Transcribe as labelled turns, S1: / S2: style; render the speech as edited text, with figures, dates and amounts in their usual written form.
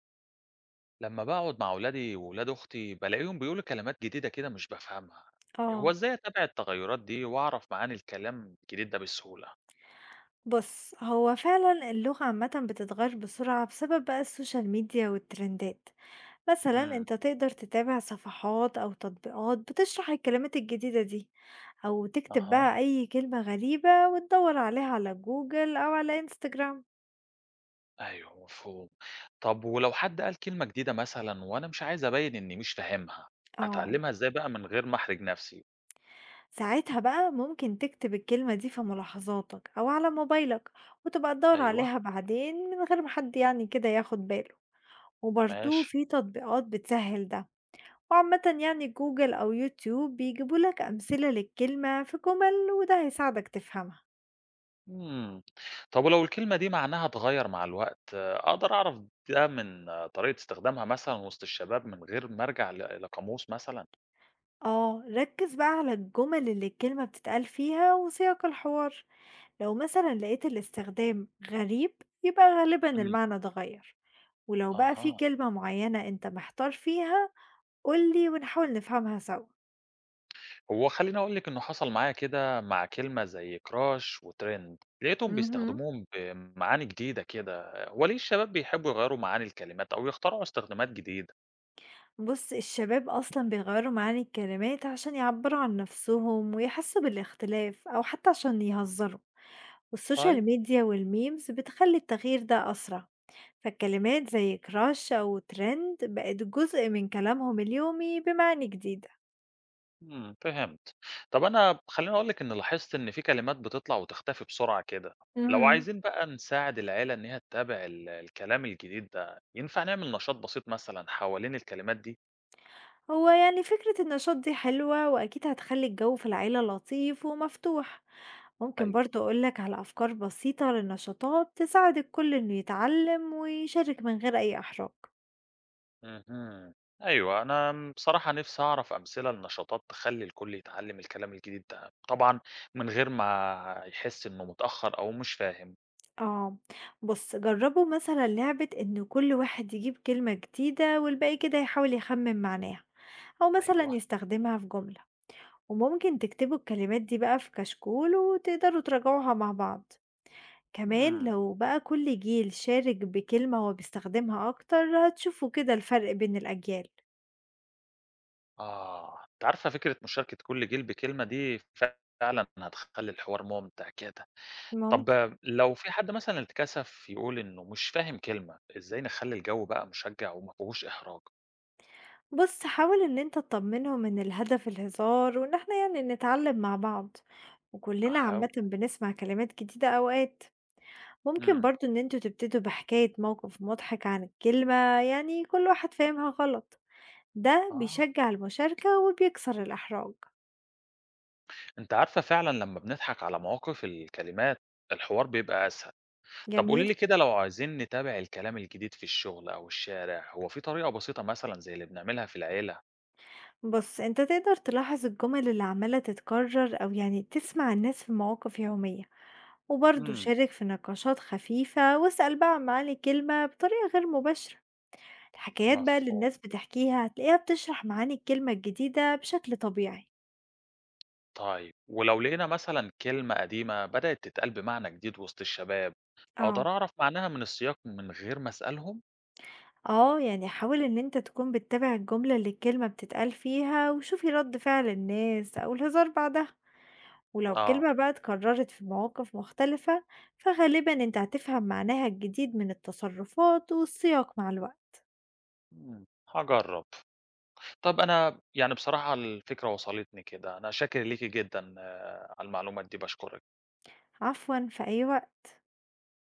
S1: لمّا باقعد مع ولادي وولاد أختي، بالاقيهم بيقولوا كلمات جديدة كده مش بافهمها، هو
S2: آه،
S1: إزاي أتابع التغيرات دي وأعرف معاني الكلام الجديد ده بسهولة؟
S2: بُص، هو فعلًا اللغة عامةً بتتغيّر بسرعة بسبب بقى السوشيال ميديا والترندات، مثلًا
S1: إمم،
S2: أنت تقدر تتابع صفحات أو تطبيقات بتشرح الكلمات الجديدة دي، أو تكتب
S1: أها،
S2: بقى أي كلمة غريبة وتدوّر عليها على جوجل أو على إنستجرام.
S1: أيوه مفهوم. طب ولو حد قال كلمة جديدة مثلًا وأنا مش عايز أبيّن إني مش فاهمها،
S2: آه،
S1: أتعلمها إزاي بقى من غير ما أحرج نفسي؟
S2: ساعتها بقى ممكن تكتب الكلمة دي في ملاحظاتك أو على موبايلك وتبقى تدوّر
S1: أيوه،
S2: عليها بعدين من غير ما حد يعني كده ياخد باله، وبرضه
S1: ماشي.
S2: في تطبيقات بتسهّل ده. وعامة يعني جوجل أو يوتيوب بيجيبوا لك أمثلة للكلمة في جمل وده هيساعدك تفهمها.
S1: إمم، طب ولو الكلمة دي معناها اتغيّر مع الوقت، أقدر أعرف ده من طريقة استخدامها مثلًا وسط الشباب من غير ما أرجع ل لقاموس مثلًا؟
S2: اه ركز بقى على الجمل اللي الكلمة بتتقال فيها وسياق الحوار. لو مثلا لقيت الاستخدام غريب يبقى غالبا
S1: إمم،
S2: المعنى اتغير. ولو بقى في
S1: أها.
S2: كلمة معينة انت محتار فيها قولي ونحاول نفهمها سوا.
S1: هو خلّيني أقول لِك إنه حصل معايا كده مع كلمة زي crush وtrend لقيتهم
S2: مهم.
S1: بيستخدموهم بمعاني جديدة كده، هو ليه الشباب بيحبّوا يغيّروا معاني الكلمات أو يخترعوا استخدامات جديدة؟
S2: بص الشباب أصلا بيغيروا معاني الكلمات عشان يعبروا عن نفسهم ويحسوا بالاختلاف أو حتى عشان يهزروا، والسوشيال
S1: طيب،
S2: ميديا والميمز بتخلي التغيير ده أسرع. فالكلمات زي كراش أو ترند بقت جزء من كلامهم اليومي بمعاني جديدة.
S1: إمم، فهمت. طَب أنا خلّيني أقول لِك إني لاحظت إن في كلمات بتطلع وتختفي بسرعة كده، لو
S2: مهم.
S1: عايزين بقى نساعد العيلة إن هي تتابع ال الكلام الجديد ده، ينفع نعمل نشاط بسيط مثلًا حوالين الكلمات دي؟
S2: هو يعني فكرة النشاط دي حلوة وأكيد هتخلي الجو في العيلة لطيف ومفتوح. ممكن
S1: أيوه.
S2: برضه أقولك على أفكار بسيطة للنشاطات تساعد الكل إنه يتعلم ويشارك من غير أي إحراج.
S1: اهم. أيوه، أنا بصراحة نِفْسي أعرف أمثلة لنشاطات تخلّي الكل يتعلّم الكلام الجديد ده، طبعًا من غير ما يحس إنه متأخّر أو مش فاهم.
S2: آه، بُص جرّبوا مثلًا لعبة إن كل واحد يجيب كلمة جديدة والباقي كده يحاول يخمّن معناها، أو مثلًا
S1: أيوه،
S2: يستخدمها في جملة، وممكن تكتبوا الكلمات دي بقى في كشكول وتقدروا تراجعوها مع بعض، كمان
S1: إمم،
S2: لو بقى كل جيل شارك بكلمة هو بيستخدمها أكتر هتشوفوا كده الفرق بين الأجيال.
S1: أنتِ عارفة فكرة مشاركة كل جيل بكلمة دي فعلًا هتخلّي الحوار ممتع كده. طَب
S2: ممكن.
S1: لو في حد مثلًا اتكسف يقول إنه مش فاهم كلمة، إزاي نخلّي الجو بقى مشجّع وما فيهوش إحراج؟
S2: بُص حاول إن أنت تطمنهم إن الهدف الهزار وإن إحنا يعني نتعلم مع بعض، وكلنا
S1: هاحاول.
S2: عامةً بنسمع كلمات جديدة أوقات. ممكن
S1: إمم.
S2: برضه إن أنتم تبتدوا بحكاية موقف مضحك عن الكلمة يعني كل واحد فاهمها غلط. ده
S1: آه.
S2: بيشجع المشاركة وبيكسر الإحراج.
S1: أنتِ عارفة فعلًا لمّا بنضحك على مواقف الكلمات، الحوار بيبقى أسهل. طب قولي
S2: جميل.
S1: لي كده لو عايزين نتابع الكلام الجديد في الشغل أو الشارع، هو في طريقة بسيطة مثلًا زي اللي بنعملها في العيلة؟
S2: بص أنت تقدر تلاحظ الجمل اللي عمالة تتكرر أو يعني تسمع الناس في مواقف يومية، وبرضه
S1: امم،
S2: شارك في نقاشات خفيفة واسأل بقى عن معاني الكلمة بطريقة غير مباشرة. الحكايات بقى اللي
S1: مفهوم.
S2: الناس بتحكيها هتلاقيها بتشرح معاني الكلمة الجديدة بشكل طبيعي.
S1: طيب، ولو لقينا مثلًا كلمة قديمة بدأت تتقال بمعنى جديد وسط الشباب، أقدر
S2: اه
S1: أعرف معناها من السياق من غير ما أسألهم؟
S2: آه، يعني حاول إن أنت تكون بتتابع الجملة اللي الكلمة بتتقال فيها وشوفي رد فعل الناس أو الهزار بعدها. ولو
S1: آه،
S2: الكلمة بقى اتكررت في مواقف مختلفة فغالبا أنت هتفهم معناها الجديد من التصرفات والسياق مع الوقت.
S1: امم. هاجرب. طب أنا يعني بصراحة الفكرة وصلتني كده، أنا شاكر ليكِ جدًا على المعلومات دي، باشكرِك.
S2: عفوا، في أي وقت.